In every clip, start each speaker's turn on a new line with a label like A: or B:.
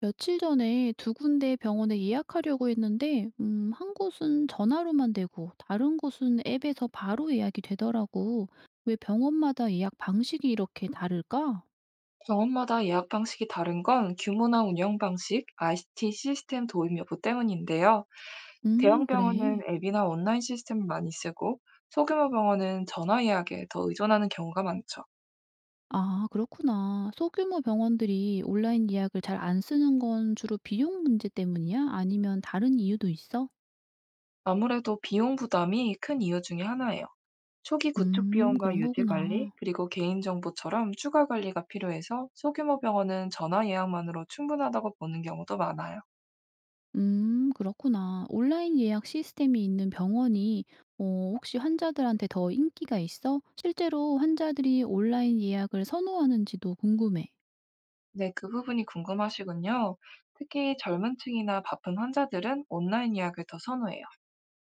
A: 며칠 전에 두 군데 병원에 예약하려고 했는데, 한 곳은 전화로만 되고, 다른 곳은 앱에서 바로 예약이 되더라고. 왜 병원마다 예약 방식이 이렇게 다를까?
B: 병원마다 예약 방식이 다른 건 규모나 운영 방식, IT 시스템 도입 여부 때문인데요. 대형
A: 그래.
B: 병원은 앱이나 온라인 시스템을 많이 쓰고 소규모 병원은 전화 예약에 더 의존하는 경우가 많죠.
A: 아, 그렇구나. 소규모 병원들이 온라인 예약을 잘 안 쓰는 건 주로 비용 문제 때문이야? 아니면 다른 이유도 있어?
B: 아무래도 비용 부담이 큰 이유 중에 하나예요. 초기 구축 비용과
A: 그런
B: 유지 관리,
A: 거구나.
B: 그리고 개인정보처럼 추가 관리가 필요해서 소규모 병원은 전화 예약만으로 충분하다고 보는 경우도 많아요.
A: 그렇구나. 온라인 예약 시스템이 있는 병원이 혹시 환자들한테 더 인기가 있어? 실제로 환자들이 온라인 예약을 선호하는지도 궁금해.
B: 네, 그 부분이 궁금하시군요. 특히 젊은 층이나 바쁜 환자들은 온라인 예약을 더 선호해요.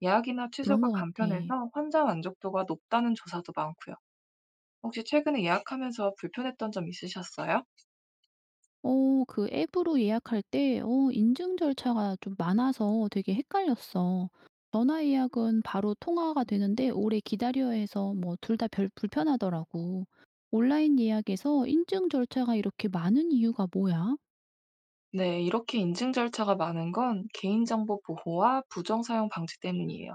B: 예약이나
A: 그런
B: 취소가
A: 것 같아.
B: 간편해서 환자 만족도가 높다는 조사도 많고요. 혹시 최근에 예약하면서 불편했던 점 있으셨어요?
A: 그 앱으로 예약할 때 인증 절차가 좀 많아서 되게 헷갈렸어. 전화 예약은 바로 통화가 되는데 오래 기다려야 해서 뭐 둘 다 별 불편하더라고. 온라인 예약에서 인증 절차가 이렇게 많은 이유가 뭐야?
B: 네, 이렇게 인증 절차가 많은 건 개인정보 보호와 부정 사용 방지 때문이에요.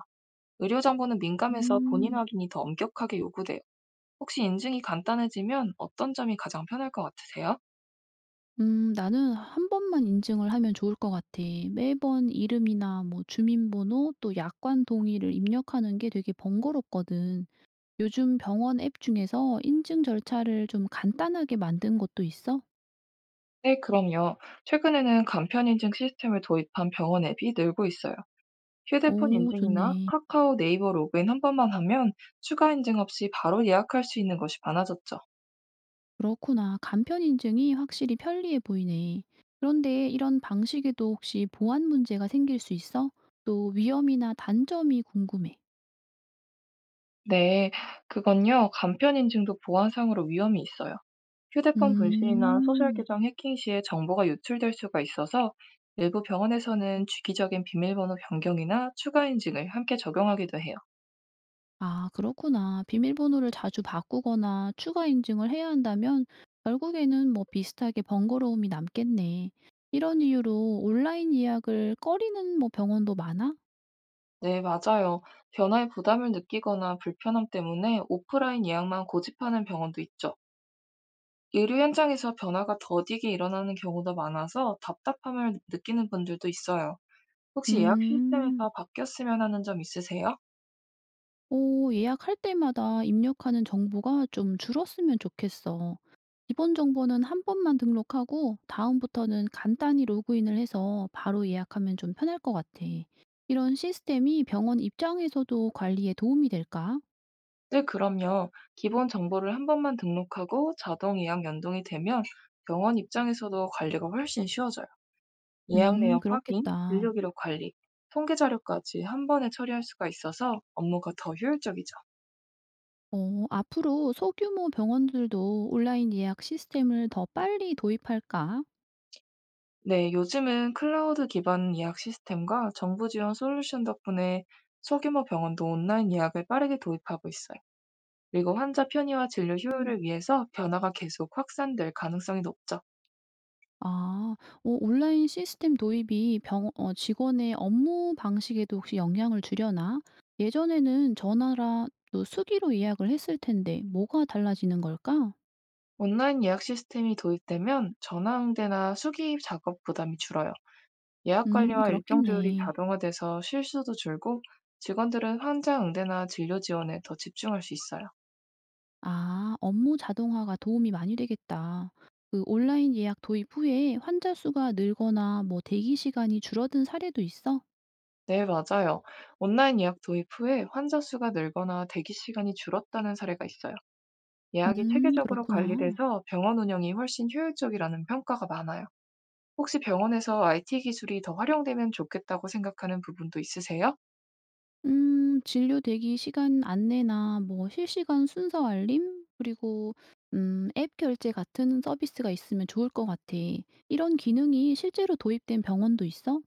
B: 의료정보는 민감해서 본인
A: 음.
B: 확인이 더 엄격하게 요구돼요. 혹시 인증이 간단해지면 어떤 점이 가장 편할 것 같으세요?
A: 나는 한 번만 인증을 하면 좋을 것 같아. 매번 이름이나 뭐 주민번호 또 약관 동의를 입력하는 게 되게 번거롭거든. 요즘 병원 앱 중에서 인증 절차를 좀 간단하게 만든 것도 있어?
B: 네, 그럼요. 최근에는 간편 인증 시스템을 도입한 병원 앱이 늘고 있어요. 휴대폰
A: 오
B: 인증이나
A: 좋네.
B: 카카오 네이버 로그인 한 번만 하면 추가 인증 없이 바로 예약할 수 있는 것이 많아졌죠.
A: 그렇구나. 간편 인증이 확실히 편리해 보이네. 그런데 이런 방식에도 혹시 보안 문제가 생길 수 있어? 또 위험이나 단점이 궁금해.
B: 네, 그건요. 간편 인증도 보안상으로 위험이 있어요. 휴대폰 분실이나 소셜
A: 음.
B: 계정 해킹 시에 정보가 유출될 수가 있어서 일부 병원에서는 주기적인 비밀번호 변경이나 추가 인증을 함께 적용하기도 해요.
A: 아, 그렇구나. 비밀번호를 자주 바꾸거나 추가 인증을 해야 한다면 결국에는 뭐 비슷하게 번거로움이 남겠네. 이런 이유로 온라인 예약을 꺼리는 뭐 병원도 많아?
B: 네, 맞아요. 변화에 부담을 느끼거나 불편함 때문에 오프라인 예약만 고집하는 병원도 있죠. 의료 현장에서 변화가 더디게 일어나는 경우도 많아서 답답함을 느끼는 분들도 있어요. 혹시 예약
A: 음,
B: 시스템에서 바뀌었으면 하는 점 있으세요?
A: 오, 예약할 때마다 입력하는 정보가 좀 줄었으면 좋겠어. 기본 정보는 한 번만 등록하고 다음부터는 간단히 로그인을 해서 바로 예약하면 좀 편할 것 같아. 이런 시스템이 병원 입장에서도 관리에 도움이 될까?
B: 네, 그럼요. 기본 정보를 한 번만 등록하고 자동 예약 연동이 되면 병원 입장에서도 관리가 훨씬 쉬워져요. 예약 내역 확인,
A: 그렇겠다.
B: 진료 기록 관리, 통계 자료까지 한 번에 처리할 수가 있어서 업무가 더 효율적이죠.
A: 어, 앞으로 소규모 병원들도 온라인 예약 시스템을 더 빨리 도입할까?
B: 네, 요즘은 클라우드 기반 예약 시스템과 정부 지원 솔루션 덕분에 소규모 병원도 온라인 예약을 빠르게 도입하고 있어요. 그리고 환자 편의와 진료
A: 음.
B: 효율을 위해서 변화가 계속 확산될 가능성이 높죠.
A: 아, 온라인 시스템 도입이 직원의 업무 방식에도 혹시 영향을 주려나? 예전에는 전화라 또 수기로 예약을 했을 텐데 뭐가 달라지는 걸까?
B: 온라인 예약 시스템이 도입되면 전화 응대나 수기 작업 부담이 줄어요. 예약 관리와 일정 조율이
A: 그렇겠네.
B: 자동화돼서 실수도 줄고 직원들은 환자 응대나 진료 지원에 더 집중할 수 있어요.
A: 아, 업무 자동화가 도움이 많이 되겠다. 그 온라인 예약 도입 후에 환자 수가 늘거나 뭐 대기 시간이 줄어든 사례도 있어?
B: 네, 맞아요. 온라인 예약 도입 후에 환자 수가 늘거나 대기 시간이 줄었다는 사례가 있어요. 예약이 체계적으로
A: 그렇구나.
B: 관리돼서 병원 운영이 훨씬 효율적이라는 평가가 많아요. 혹시 병원에서 IT 기술이 더 활용되면 좋겠다고 생각하는 부분도 있으세요?
A: 진료 대기 시간 안내나 뭐 실시간 순서 알림, 그리고 앱 결제 같은 서비스가 있으면 좋을 것 같아. 이런 기능이 실제로 도입된 병원도 있어?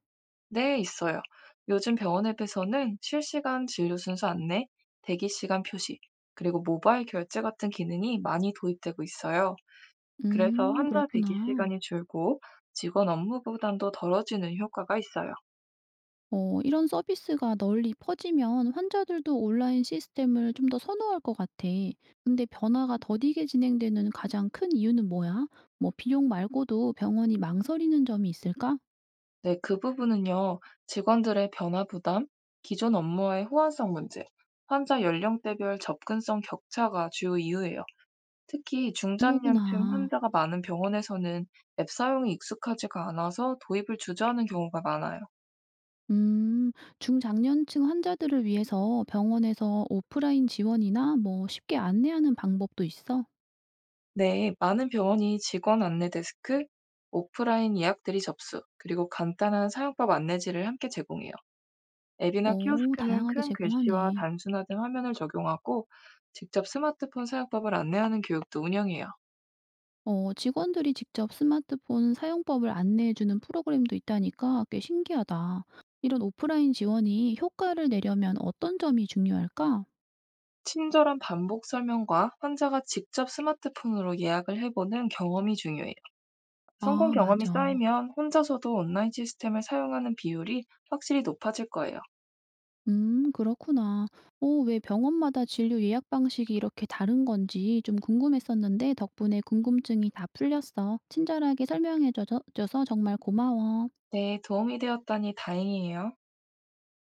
B: 네, 있어요. 요즘 병원 앱에서는 실시간 진료 순서 안내, 대기 시간 표시, 그리고 모바일 결제 같은 기능이 많이 도입되고 있어요. 그래서 환자 대기
A: 그렇구나.
B: 시간이 줄고 직원 업무 부담도 덜어지는 효과가 있어요.
A: 어, 이런 서비스가 널리 퍼지면 환자들도 온라인 시스템을 좀 더 선호할 것 같아. 근데 변화가 더디게 진행되는 가장 큰 이유는 뭐야? 뭐 비용 말고도 병원이 망설이는 점이 있을까?
B: 네, 그 부분은요, 직원들의 변화 부담, 기존 업무와의 호환성 문제, 환자 연령대별 접근성 격차가 주요 이유예요. 특히
A: 그런
B: 중장년층
A: 거구나.
B: 환자가 많은 병원에서는 앱 사용이 익숙하지가 않아서 도입을 주저하는 경우가 많아요.
A: 음, 중장년층 환자들을 위해서 병원에서 오프라인 지원이나 뭐 쉽게 안내하는 방법도 있어?
B: 네, 많은 병원이 직원 안내 데스크, 오프라인 예약 들이 접수, 그리고 간단한 사용법 안내지를 함께 제공해요. 앱이나
A: 오,
B: 키오스크는
A: 다양하게
B: 큰 글씨와
A: 제공하네.
B: 단순화된 화면을 적용하고 직접 스마트폰 사용법을 안내하는 교육도 운영해요.
A: 어 직원들이 직접 스마트폰 사용법을 안내해 주는 프로그램도 있다니까 꽤 신기하다. 이런 오프라인 지원이 효과를 내려면 어떤 점이 중요할까?
B: 친절한 반복 설명과 환자가 직접 스마트폰으로 예약을 해보는 경험이 중요해요. 성공
A: 아,
B: 경험이
A: 맞아.
B: 쌓이면 혼자서도 온라인 시스템을 사용하는 비율이 확실히 높아질 거예요.
A: 그렇구나. 오, 왜 병원마다 진료 예약 방식이 이렇게 다른 건지 좀 궁금했었는데 덕분에 궁금증이 다 풀렸어. 친절하게 설명해 줘서 정말 고마워.
B: 네, 도움이 되었다니 다행이에요.